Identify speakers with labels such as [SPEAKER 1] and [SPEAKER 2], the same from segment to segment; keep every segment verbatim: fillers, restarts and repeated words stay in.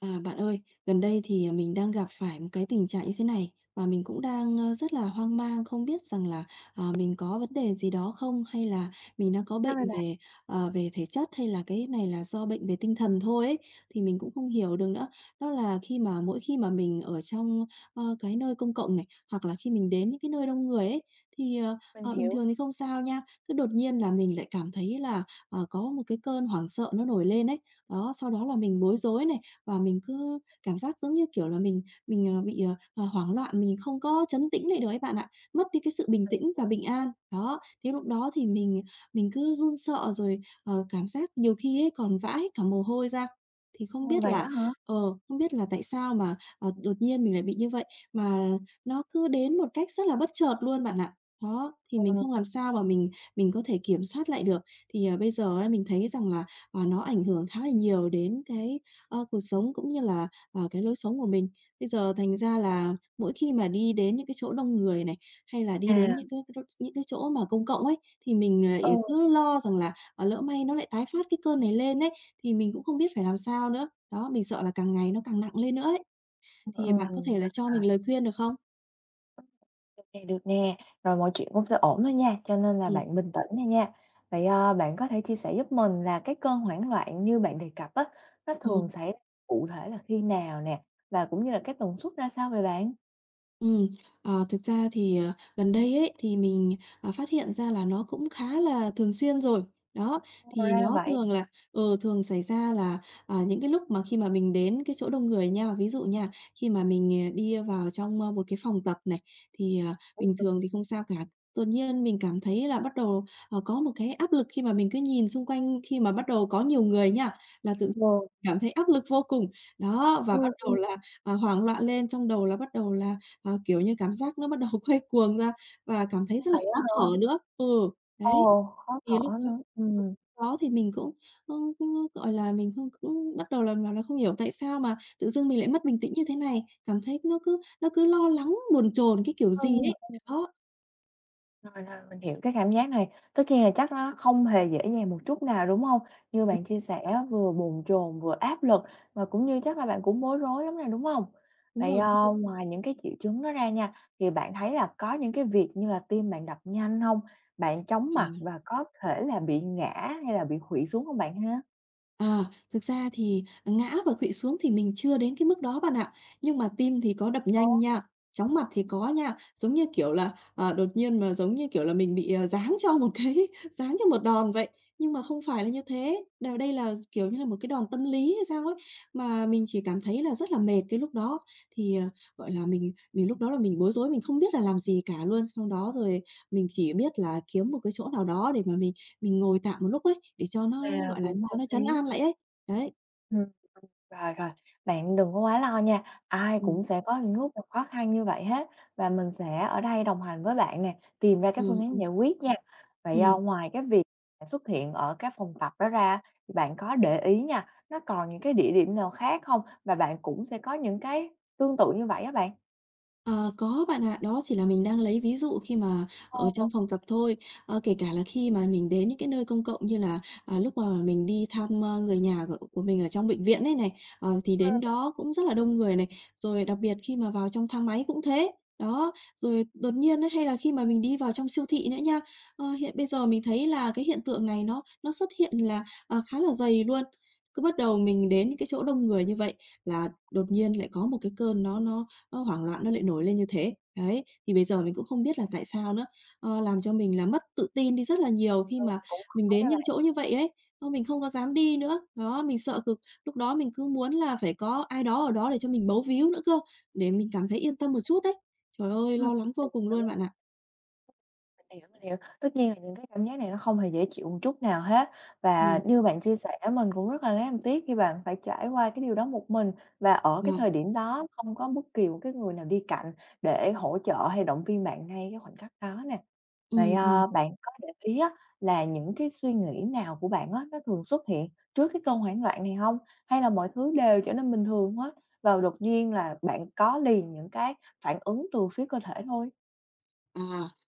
[SPEAKER 1] À, bạn ơi, gần đây thì, à, mình đang gặp phải một cái tình trạng như thế này và mình cũng đang, ơ, rất là hoang mang không biết rằng là, à, mình có vấn đề gì đó không? Hay là mình đang có
[SPEAKER 2] Sao
[SPEAKER 1] bệnh
[SPEAKER 2] vậy bạn?
[SPEAKER 1] về, ờ, về thể chất hay là cái này là do bệnh về tinh thần thôi ấy, thì mình cũng không hiểu được nữa. Đó là khi mà mỗi khi mà mình ở trong, ơ, cái nơi công cộng này, hoặc là khi mình đến những cái nơi đông người ấy, thì, ờ,
[SPEAKER 2] Mình
[SPEAKER 1] ờ, bình
[SPEAKER 2] hiểu.
[SPEAKER 1] thường thì không sao nha, cứ đột nhiên là mình lại cảm thấy là ờ, có một cái cơn hoảng sợ nó nổi lên ấy. Đó, sau đó là mình bối rối này, và mình cứ cảm giác giống như, kiểu là, mình mình, ờ, bị, ờ, ờ, hoảng loạn, mình không có chấn tĩnh lại được ấy bạn ạ, mất đi cái sự bình tĩnh và bình an. Đó, thế lúc đó thì mình mình cứ run sợ rồi, ờ, cảm giác nhiều khi ấy còn vãi cả mồ hôi ra. Thì không
[SPEAKER 2] Ồ,
[SPEAKER 1] biết
[SPEAKER 2] vậy á
[SPEAKER 1] là
[SPEAKER 2] hả?
[SPEAKER 1] ờ, không biết là tại sao mà, ờ, đột nhiên mình lại bị như vậy, mà nó cứ đến một cách rất là bất chợt luôn bạn ạ. Đó, thì mình
[SPEAKER 2] Ừ.
[SPEAKER 1] không làm sao mà mình mình có thể kiểm soát lại được. Thì, ờ, bây giờ ấy mình thấy rằng là, ờ, nó ảnh hưởng khá là nhiều đến cái, ơ, cuộc sống cũng như là, ờ, cái lối sống của mình. Bây giờ thành ra là mỗi khi mà đi đến những cái chỗ đông người này, hay là đi đến
[SPEAKER 2] À,
[SPEAKER 1] những cái cái những cái chỗ mà công cộng ấy, thì mình, ờ,
[SPEAKER 2] ừ,
[SPEAKER 1] cứ lo rằng là, ờ, lỡ may nó lại tái phát cái cơn này lên ấy, thì mình cũng không biết phải làm sao nữa. Đó, mình sợ là càng ngày nó càng nặng lên nữa ấy.
[SPEAKER 2] ừ
[SPEAKER 1] Thì bạn có thể là
[SPEAKER 2] rồi,
[SPEAKER 1] cho
[SPEAKER 2] rồi,
[SPEAKER 1] mình lời khuyên được không?
[SPEAKER 2] được nè, được nè. Rồi mọi chuyện cũng sẽ ổn thôi nha, cho nên là
[SPEAKER 1] Ừm,
[SPEAKER 2] bạn bình tĩnh nè nha. Vậy, ờ, bạn có thể chia sẻ giúp mình là cái cơn hoảng loạn như bạn đề cập á, nó thường
[SPEAKER 1] ừm.
[SPEAKER 2] xảy ra cụ thể là khi nào nè, và cũng như là cái tần suất ra sao vậy bạn?
[SPEAKER 1] Ừ, ờ, thực ra thì, ờ, gần đây ấy, thì mình, à, phát hiện ra là nó cũng khá là thường xuyên rồi. Đó,
[SPEAKER 2] Ồ,
[SPEAKER 1] thì
[SPEAKER 2] ra là
[SPEAKER 1] nó
[SPEAKER 2] vậy.
[SPEAKER 1] thường là ừ, thường xảy ra là, à, những cái lúc mà khi mà mình đến cái chỗ đông người nha. Ví dụ nha, khi mà mình, à, đi vào trong, a, một cái phòng tập này, thì, à,
[SPEAKER 2] Ừ,
[SPEAKER 1] bình thường thì không sao cả. Đột nhiên mình cảm thấy là bắt đầu, ờ, có một cái áp lực khi mà mình cứ nhìn xung quanh khi mà bắt đầu có nhiều người nha, là tự dưng
[SPEAKER 2] ừ,
[SPEAKER 1] cảm thấy áp lực vô cùng. Đó, và bắt đầu
[SPEAKER 2] ừm,
[SPEAKER 1] là, à, hoảng loạn lên, trong đầu là bắt đầu là Ờ, kiểu như, cảm giác nó bắt đầu quay cuồng ra và cảm thấy
[SPEAKER 2] ừm,
[SPEAKER 1] rất là
[SPEAKER 2] vậy á
[SPEAKER 1] khó
[SPEAKER 2] hả?
[SPEAKER 1] thở nữa. Ừ,
[SPEAKER 2] Ồ,
[SPEAKER 1] đấy,
[SPEAKER 2] khó
[SPEAKER 1] thì lúc
[SPEAKER 2] thở
[SPEAKER 1] đó
[SPEAKER 2] nữa. ừ
[SPEAKER 1] lúc đó thì mình cũng, ơ, ơ, gọi là, mình không cũng bắt đầu là bảo là không hiểu tại sao mà tự dưng mình lại mất bình tĩnh như thế này, cảm thấy nó cứ nó cứ lo lắng, bồn chồn cái kiểu
[SPEAKER 2] Ừ.
[SPEAKER 1] gì ấy. Đó,
[SPEAKER 2] Rồi, rồi, mình hiểu cái cảm giác này. Tất nhiên là chắc nó không hề dễ dàng một chút nào, đúng không? Như
[SPEAKER 1] ừm,
[SPEAKER 2] bạn chia sẻ á, vừa bồn chồn, vừa áp lực và cũng như chắc là bạn cũng bối rối lắm này đúng không?
[SPEAKER 1] đúng
[SPEAKER 2] Vậy,
[SPEAKER 1] rồi, đúng rồi.
[SPEAKER 2] ờ, ngoài những cái triệu chứng đó ra nha, thì bạn thấy là có những cái việc như là tim bạn đập nhanh không? Bạn chóng
[SPEAKER 1] Ờ.
[SPEAKER 2] mặt và có thể là bị ngã hay là bị khuỵu xuống không bạn ha?
[SPEAKER 1] À, thực ra thì ngã và khuỵu xuống thì mình chưa đến cái mức đó bạn ạ, nhưng mà tim thì có đập
[SPEAKER 2] Sốt
[SPEAKER 1] nhanh nha, chóng mặt thì có nha. Giống như, kiểu là, ờ, đột nhiên mà, giống như kiểu là, mình bị, ờ, giáng cho một cái giáng cho một đòn vậy, nhưng mà không phải là như thế. Đ đây là, kiểu như là, một cái đòn tâm lý hay sao ấy, mà mình chỉ cảm thấy là rất là mệt cái lúc đó. Thì, ờ, gọi là, mình mình lúc đó là mình bối rối, mình không biết là làm gì cả luôn. Sau đó rồi mình chỉ biết là kiếm một cái chỗ nào đó để mà mình mình ngồi tạm một lúc ấy, để cho
[SPEAKER 2] nè,
[SPEAKER 1] nó, gọi là,
[SPEAKER 2] cũng
[SPEAKER 1] cho
[SPEAKER 2] hợp
[SPEAKER 1] nó trấn
[SPEAKER 2] lý.
[SPEAKER 1] an lại ấy. Đấy,
[SPEAKER 2] Rồi, rồi, bạn đừng có quá lo nha, ai
[SPEAKER 1] ừm,
[SPEAKER 2] cũng sẽ có những lúc gặp khó khăn như vậy hết và mình sẽ ở đây đồng hành với bạn nè, tìm ra
[SPEAKER 1] ừ,
[SPEAKER 2] cái phương án
[SPEAKER 1] ừm,
[SPEAKER 2] giải quyết nha. Vậy, à,
[SPEAKER 1] ừm.
[SPEAKER 2] ngoài cái việc bạn xuất hiện ở các phòng tập đó ra thì bạn có để ý nha, nó còn những cái địa điểm nào khác không? Và bạn cũng sẽ có những cái tương tự như vậy á bạn?
[SPEAKER 1] Ờ, có bạn ạ. Đó chỉ là mình đang lấy ví dụ khi mà
[SPEAKER 2] Ờ,
[SPEAKER 1] ở trong phòng tập thôi. Ờ, kể cả là khi mà mình đến những cái nơi công cộng như là, à, lúc mà mình đi thăm, a, người nhà của của mình ở trong bệnh viện ấy này, ờ, thì đến đó cũng rất là đông người này, rồi đặc biệt khi mà vào trong thang máy cũng thế. Đó, rồi đột nhiên ấy, hay là khi mà mình đi vào trong siêu thị nữa nha. Ờ, hiện bây giờ mình thấy là cái hiện tượng này nó nó xuất hiện là, ờ, khá là dày luôn. Cứ bắt đầu mình đến cái chỗ đông người như vậy là đột nhiên lại có một cái cơn nó nó Ơ, hoảng loạn nó lại nổi lên như thế. Đấy, thì bây giờ mình cũng không biết là tại sao nữa, ờ, làm cho mình là mất tự tin đi rất là nhiều khi mà
[SPEAKER 2] cũng
[SPEAKER 1] mình
[SPEAKER 2] có nha
[SPEAKER 1] đến những chỗ
[SPEAKER 2] bạn.
[SPEAKER 1] như vậy ấy, ơ, mình không có dám đi nữa. Đó, mình sợ cực, lúc đó mình cứ muốn là phải có ai đó ở đó để cho mình bấu víu nữa cơ, để mình cảm thấy yên tâm một chút đấy. Trời ơi,
[SPEAKER 2] Ừm,
[SPEAKER 1] lo lắng vô
[SPEAKER 2] mình
[SPEAKER 1] cùng
[SPEAKER 2] hiểu.
[SPEAKER 1] luôn bạn ạ.
[SPEAKER 2] Mình hiểu, mình hiểu. Tất nhiên là những cái cảm giác này nó không hề dễ chịu một chút nào hết. Và
[SPEAKER 1] Ừ,
[SPEAKER 2] như bạn chia sẻ mình cũng rất là lấy làm tiếc khi bạn phải trải qua cái điều đó một mình và ở
[SPEAKER 1] ờ,
[SPEAKER 2] cái thời điểm đó không có bất kỳ một cái người nào đi cạnh để hỗ trợ hay động viên bạn ngay cái khoảnh khắc đó nè. Vậy,
[SPEAKER 1] ừm, ừm.
[SPEAKER 2] ờ, bạn có để ý á là những cái suy nghĩ nào của bạn á, nó thường xuất hiện trước cái cơn hoảng loạn này không? Hay là mọi thứ đều trở nên bình thường hết và đột nhiên là bạn có liền những cái phản ứng từ phía cơ thể thôi?
[SPEAKER 1] À,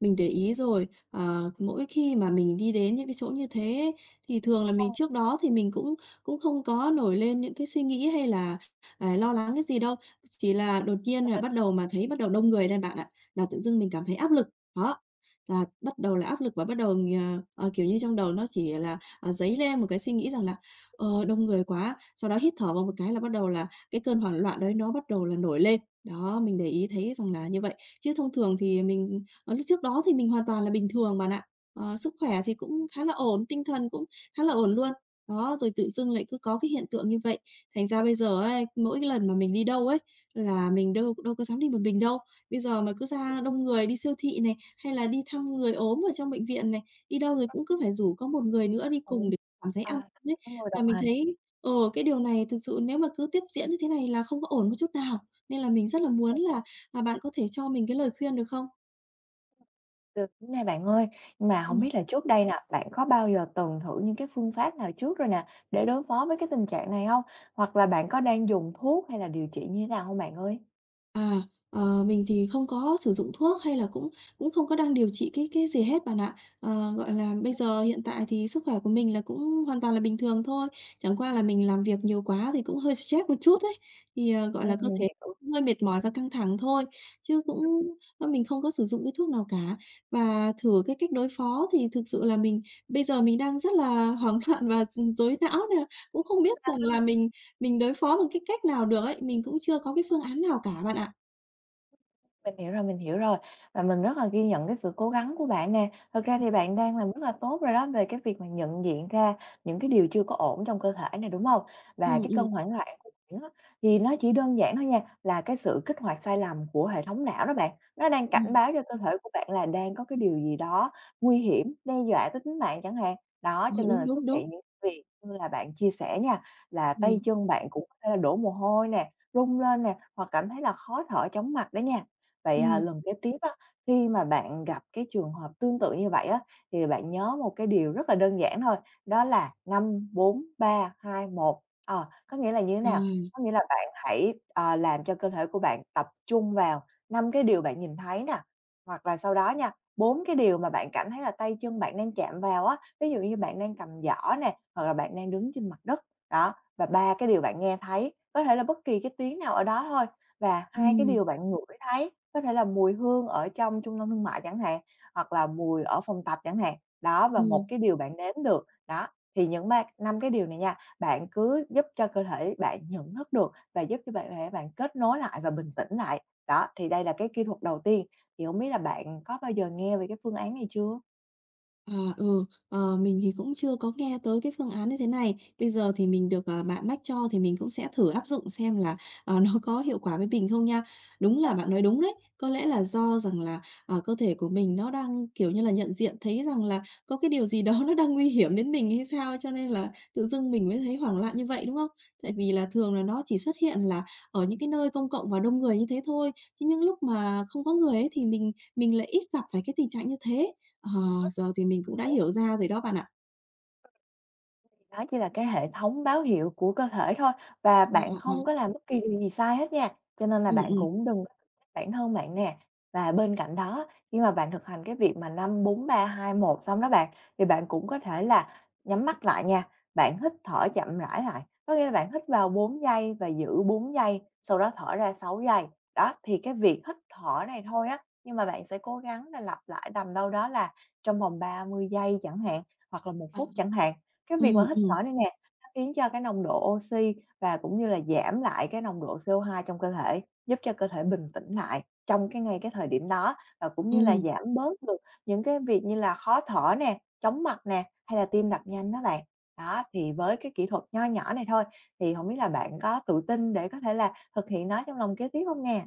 [SPEAKER 1] mình để ý rồi. Ờ, mỗi khi mà mình đi đến những cái chỗ như thế ấy, thì thường là
[SPEAKER 2] Ờ,
[SPEAKER 1] mình trước đó thì mình cũng cũng không có nổi lên những cái suy nghĩ hay là, à, lo lắng cái gì đâu. Chỉ là đột nhiên là bắt đầu mà thấy bắt đầu đông người lên bạn ạ, là tự dưng mình cảm thấy áp lực. Đó, là bắt đầu là áp lực và bắt đầu, ờ, ờ, kiểu như, trong đầu nó chỉ là, à, dấy lên một cái suy nghĩ rằng là "Ờ, đông người quá." Sau đó hít thở vào một cái là bắt đầu là cái cơn hoảng loạn đấy nó bắt đầu là nổi lên. Đó, mình để ý thấy rằng là như vậy. Chứ thông thường thì mình. Ờ, lúc trước đó thì mình hoàn toàn là bình thường bạn ạ. Ờ, sức khỏe thì cũng khá là ổn, tinh thần cũng khá là ổn luôn. Đó, rồi tự dưng lại cứ có cái hiện tượng như vậy. Thành ra bây giờ ấy, mỗi cái lần mà mình đi đâu ấy, là mình đâu đâu có dám đi một mình đâu. Bây giờ mà cứ ra đông người đi siêu thị này, hay là đi thăm người ốm ở trong bệnh viện này, đi đâu rồi cũng cứ phải rủ có một người nữa đi
[SPEAKER 2] ừ.
[SPEAKER 1] cùng để cảm thấy an
[SPEAKER 2] À,
[SPEAKER 1] tâm ấy.
[SPEAKER 2] có người
[SPEAKER 1] Và
[SPEAKER 2] đồng
[SPEAKER 1] mình
[SPEAKER 2] hành
[SPEAKER 1] thấy, ờ, cái điều này thực sự nếu mà cứ tiếp diễn như thế này là không có ổn một chút nào. Nên là mình rất là muốn
[SPEAKER 2] không
[SPEAKER 1] là, à, bạn có thể cho mình cái lời khuyên được không?
[SPEAKER 2] được nè bạn ơi, nhưng mà không biết là trước đây nè, bạn có bao giờ từng thử những cái phương pháp nào trước rồi nè, để đối phó với cái tình trạng này không? Hoặc là bạn có đang dùng thuốc hay là điều trị như thế nào không bạn ơi?
[SPEAKER 1] À, ờ, mình thì không có sử dụng thuốc hay là cũng cũng không có đang điều trị cái cái gì hết bạn ạ. Ờ, gọi là, bây giờ hiện tại thì sức khỏe của mình là cũng hoàn toàn là bình thường thôi, chẳng qua là mình làm việc nhiều quá thì cũng hơi stress một chút ấy, thì, ờ, gọi
[SPEAKER 2] Ừm,
[SPEAKER 1] là, cơ
[SPEAKER 2] mình
[SPEAKER 1] thể
[SPEAKER 2] hiểu.
[SPEAKER 1] hơi mệt mỏi và căng thẳng thôi, chứ cũng mình không có sử dụng cái thuốc nào cả. Và thử cái cách đối phó thì thực sự là mình bây giờ mình đang rất là hoảng loạn và rối não nè, cũng không biết rằng là mình mình đối phó bằng cái cách nào được ấy, mình cũng chưa có cái phương án nào cả bạn ạ.
[SPEAKER 2] Mình hiểu rồi, mình hiểu rồi, và mình rất là ghi nhận cái sự cố gắng của bạn nè. Thật ra thì bạn đang làm rất là tốt rồi đó, về cái việc mà nhận diện ra những cái điều chưa có ổn trong cơ thể này, đúng không? Và
[SPEAKER 1] Ừm,
[SPEAKER 2] cái
[SPEAKER 1] ừm,
[SPEAKER 2] cơn hoảng loạn của bạn á, thì nó chỉ đơn giản thôi nha, là cái sự kích hoạt sai lầm của hệ thống não đó bạn. Nó đang cảnh
[SPEAKER 1] ừm.
[SPEAKER 2] báo cho cơ thể của bạn là đang có cái điều gì đó nguy hiểm, đe dọa tới tính mạng chẳng hạn. Đó,
[SPEAKER 1] Ờ,
[SPEAKER 2] cho nên
[SPEAKER 1] đúng,
[SPEAKER 2] là xuất
[SPEAKER 1] đúng, đúng.
[SPEAKER 2] hiện những việc như là bạn chia sẻ nha, là
[SPEAKER 1] Ờ,
[SPEAKER 2] tay chân bạn cũng có thể là đổ mồ hôi nè, run lên nè, hoặc cảm thấy là khó thở, chóng mặt đó nha. Vậy, à,
[SPEAKER 1] ừm,
[SPEAKER 2] lần kế tiếp á, khi mà bạn gặp cái trường hợp tương tự như vậy á, thì bạn nhớ một cái điều rất là đơn giản thôi, đó là năm bốn ba hai một. Ờ, có nghĩa là như thế nào?
[SPEAKER 1] à,
[SPEAKER 2] Có nghĩa là bạn hãy, ờ, làm cho cơ thể của bạn tập trung vào năm cái điều bạn nhìn thấy nè, hoặc là sau đó nha, bốn cái điều mà bạn cảm thấy là tay chân bạn đang chạm vào á, ví dụ như bạn đang cầm giỏ nè, hoặc là bạn đang đứng trên mặt đất, đó, và ba cái điều bạn nghe thấy, có thể là bất kỳ cái tiếng nào ở đó thôi. Và hai cái
[SPEAKER 1] ừm,
[SPEAKER 2] điều bạn ngửi thấy có thể là mùi hương ở trong trung tâm thương mại chẳng hạn, hoặc là mùi ở phòng tập chẳng hạn. Đó, và một
[SPEAKER 1] ừm.
[SPEAKER 2] cái điều bạn nếm được. Đó, thì những ba năm cái điều này nha, bạn cứ giúp cho cơ thể bạn nhận thức được và giúp cho bạn thể bạn kết nối lại và bình tĩnh lại. Đó, thì đây là cái kỹ thuật đầu tiên, thì không biết là bạn có bao giờ nghe về cái phương án này chưa?
[SPEAKER 1] À, ừ, ờ, mình thì cũng chưa có nghe tới cái phương án như thế này. Bây giờ thì mình được, ờ, bạn mách cho thì mình cũng sẽ thử áp dụng xem là, ờ, nó có hiệu quả với mình không nha. Đúng là bạn nói đúng đấy, có lẽ là do rằng là, ờ, cơ thể của mình nó đang, kiểu như là, nhận diện thấy rằng là có cái điều gì đó nó đang nguy hiểm đến mình hay sao, cho nên là tự dưng mình mới thấy hoảng loạn như vậy, đúng không? Tại vì là thường là nó chỉ xuất hiện là ở những cái nơi công cộng và đông người như thế thôi, chứ những lúc mà không có người ấy thì mình mình lại ít gặp phải cái tình trạng như thế. Ờ, giờ thì mình cũng đã hiểu ra rồi đó bạn ạ.
[SPEAKER 2] Đó chỉ là cái hệ thống báo hiệu của cơ thể thôi và
[SPEAKER 1] Ừm,
[SPEAKER 2] bạn
[SPEAKER 1] ừm,
[SPEAKER 2] không có làm bất kỳ điều gì sai hết nha, cho nên là
[SPEAKER 1] ừm,
[SPEAKER 2] bạn
[SPEAKER 1] ừm.
[SPEAKER 2] cũng đừng có tự trách bản thân bạn nè. Và bên cạnh đó, khi mà bạn thực hành cái việc mà năm bốn ba hai một xong đó bạn, thì bạn cũng có thể là nhắm mắt lại nha, bạn hít thở chậm rãi lại. Có nghĩa là bạn hít vào bốn giây và giữ bốn giây, sau đó thở ra sáu giây. Đó, thì cái việc hít thở này thôi á, nhưng mà bạn sẽ cố gắng là lặp lại tầm đâu đó là trong vòng ba mươi giây chẳng hạn, hoặc là một
[SPEAKER 1] À,
[SPEAKER 2] phút chẳng hạn. Cái việc mà
[SPEAKER 1] ừm,
[SPEAKER 2] hít
[SPEAKER 1] ừm,
[SPEAKER 2] thở này nè, nó khiến cho cái nồng độ oxy và cũng như là giảm lại cái nồng độ si ô hai trong cơ thể, giúp cho cơ thể bình tĩnh lại trong cái ngay cái thời điểm đó và cũng như là
[SPEAKER 1] ừm.
[SPEAKER 2] giảm bớt được những cái việc như là khó thở nè, chóng mặt nè, hay là tim đập nhanh đó bạn. Đó, thì với cái kỹ thuật nho nhỏ này thôi, thì không biết là bạn có tự tin để có thể là thực hiện nó trong lòng kế tiếp không nè?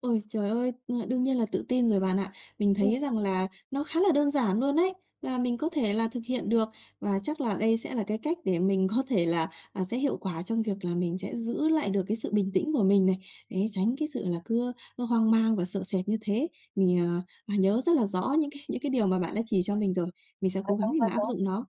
[SPEAKER 1] Ôi, trời ơi, ơ, đương nhiên là tự tin rồi bạn ạ. Mình
[SPEAKER 2] Ừm.
[SPEAKER 1] thấy rằng là nó khá là đơn giản luôn ấy, là mình có thể là thực hiện được và chắc là đây sẽ là cái cách để mình có thể là, à, sẽ hiệu quả trong việc là mình sẽ giữ lại được cái sự bình tĩnh của mình này, đấy, tránh cái sự là cứ, ơ, hoang mang và sợ sệt như thế. Mình, ờ, à, nhớ rất là rõ những cái những cái điều mà bạn đã chỉ cho mình rồi, mình sẽ cố gắng để mà áp dụng nó.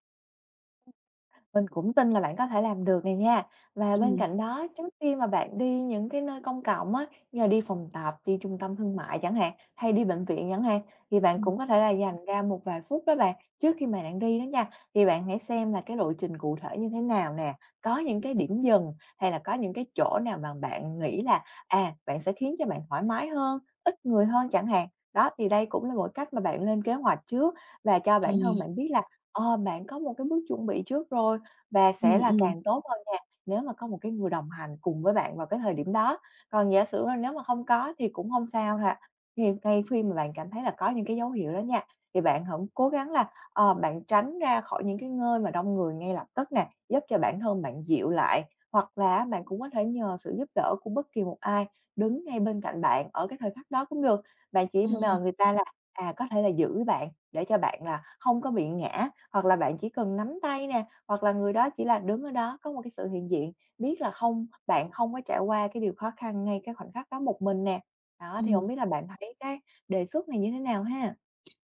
[SPEAKER 2] Mình cũng tin là bạn có thể làm được này nha. Và bên
[SPEAKER 1] Ừm,
[SPEAKER 2] cạnh đó, trước khi mà bạn đi những cái nơi công cộng á, như là đi phòng tập, đi trung tâm thương mại chẳng hạn, hay đi bệnh viện chẳng hạn, thì bạn cũng
[SPEAKER 1] ừm,
[SPEAKER 2] có thể là dành ra một vài phút đó bạn, trước khi mà bạn đi đó nha. Thì bạn hãy xem là cái lộ trình cụ thể như thế nào nè, có những cái điểm dừng hay là có những cái chỗ nào mà bạn nghĩ là, à, bạn sẽ khiến cho bạn thoải mái hơn, ít người hơn chẳng hạn. Đó, thì đây cũng là một cách mà bạn lên kế hoạch trước và cho
[SPEAKER 1] à,
[SPEAKER 2] bản thân bạn biết là Ờ, bạn có một cái bước chuẩn bị trước rồi và sẽ
[SPEAKER 1] ừm,
[SPEAKER 2] là
[SPEAKER 1] ừm.
[SPEAKER 2] càng tốt hơn nha, nếu mà có một cái người đồng hành cùng với bạn vào cái thời điểm đó. Còn giả sử là nếu mà không có thì cũng không sao ha. Thì ngay khi mà bạn cảm thấy là có những cái dấu hiệu đó nha, thì bạn hãy cố gắng là, ờ, bạn tránh ra khỏi những cái nơi mà đông người ngay lập tức nè, giúp cho bản thân bạn dịu lại, hoặc là bạn cũng có thể nhờ sự giúp đỡ của bất kỳ một ai đứng ngay bên cạnh bạn ở cái thời khắc đó cũng được. Bạn chỉ
[SPEAKER 1] À,
[SPEAKER 2] nhờ người ta là, à, có thể là giữ bạn để cho bạn là không có bị ngã, hoặc là bạn chỉ cần nắm tay nè, hoặc là người đó chỉ là đứng ở đó, có một cái sự hiện diện, biết là không bạn không có trải qua cái điều khó khăn ngay cái khoảnh khắc đó một mình nè. Đó, thì không
[SPEAKER 1] ừ.
[SPEAKER 2] biết là bạn thấy cái đề xuất này như thế nào ha?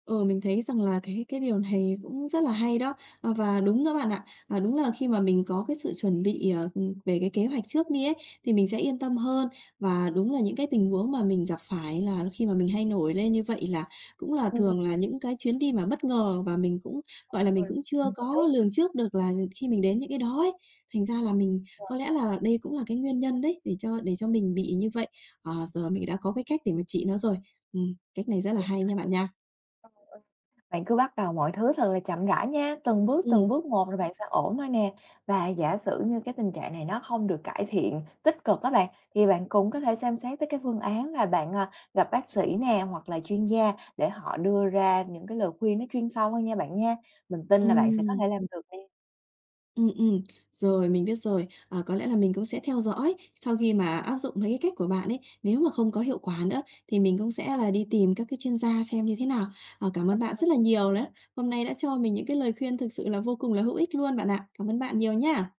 [SPEAKER 1] Ừ, mình thấy rằng là cái cái điều này cũng rất là hay đó. À, và đúng đó bạn ạ. À, đúng là khi mà mình có cái sự chuẩn bị, ờ, về cái kế hoạch trước đi ấy, thì mình sẽ yên tâm hơn. Và đúng là những cái tình huống mà mình gặp phải là khi mà mình hay nổi lên như vậy là cũng là
[SPEAKER 2] Ừm.
[SPEAKER 1] thường là những cái chuyến đi mà bất ngờ và mình cũng, gọi là, mình
[SPEAKER 2] Rồi,
[SPEAKER 1] cũng chưa
[SPEAKER 2] mình
[SPEAKER 1] có
[SPEAKER 2] hiểu
[SPEAKER 1] lường trước được là khi mình đến những cái đó ấy, thành ra là mình
[SPEAKER 2] rồi.
[SPEAKER 1] có lẽ là đây cũng là cái nguyên nhân đấy, để cho để cho mình bị như vậy. Ờ, giờ mình đã có cái cách để mà trị nó rồi. Ừm, cách này rất là hay nha bạn nha.
[SPEAKER 2] Bạn cứ bắt đầu mọi thứ thật là chậm rãi nha, từng bước, từng
[SPEAKER 1] Ừm.
[SPEAKER 2] bước một rồi bạn sẽ ổn thôi nè. Và giả sử như cái tình trạng này nó không được cải thiện tích cực á bạn, thì bạn cũng có thể xem xét tới cái phương án là bạn, à, gặp bác sĩ nè, hoặc là chuyên gia để họ đưa ra những cái lời khuyên nó chuyên sâu hơn nha bạn nha. Mình tin là bạn sẽ có thể
[SPEAKER 1] Ừm,
[SPEAKER 2] làm được nè.
[SPEAKER 1] ừm, ừm, rồi, mình biết rồi. À, có lẽ là mình cũng sẽ theo dõi sau khi mà áp dụng mấy cái cách của bạn ấy, nếu mà không có hiệu quả nữa thì mình cũng sẽ là đi tìm các cái chuyên gia xem như thế nào. Ờ, cảm ơn bạn rất là nhiều đó, hôm nay đã cho mình những cái lời khuyên thực sự là vô cùng là hữu ích luôn bạn ạ. Cảm ơn bạn nhiều nha.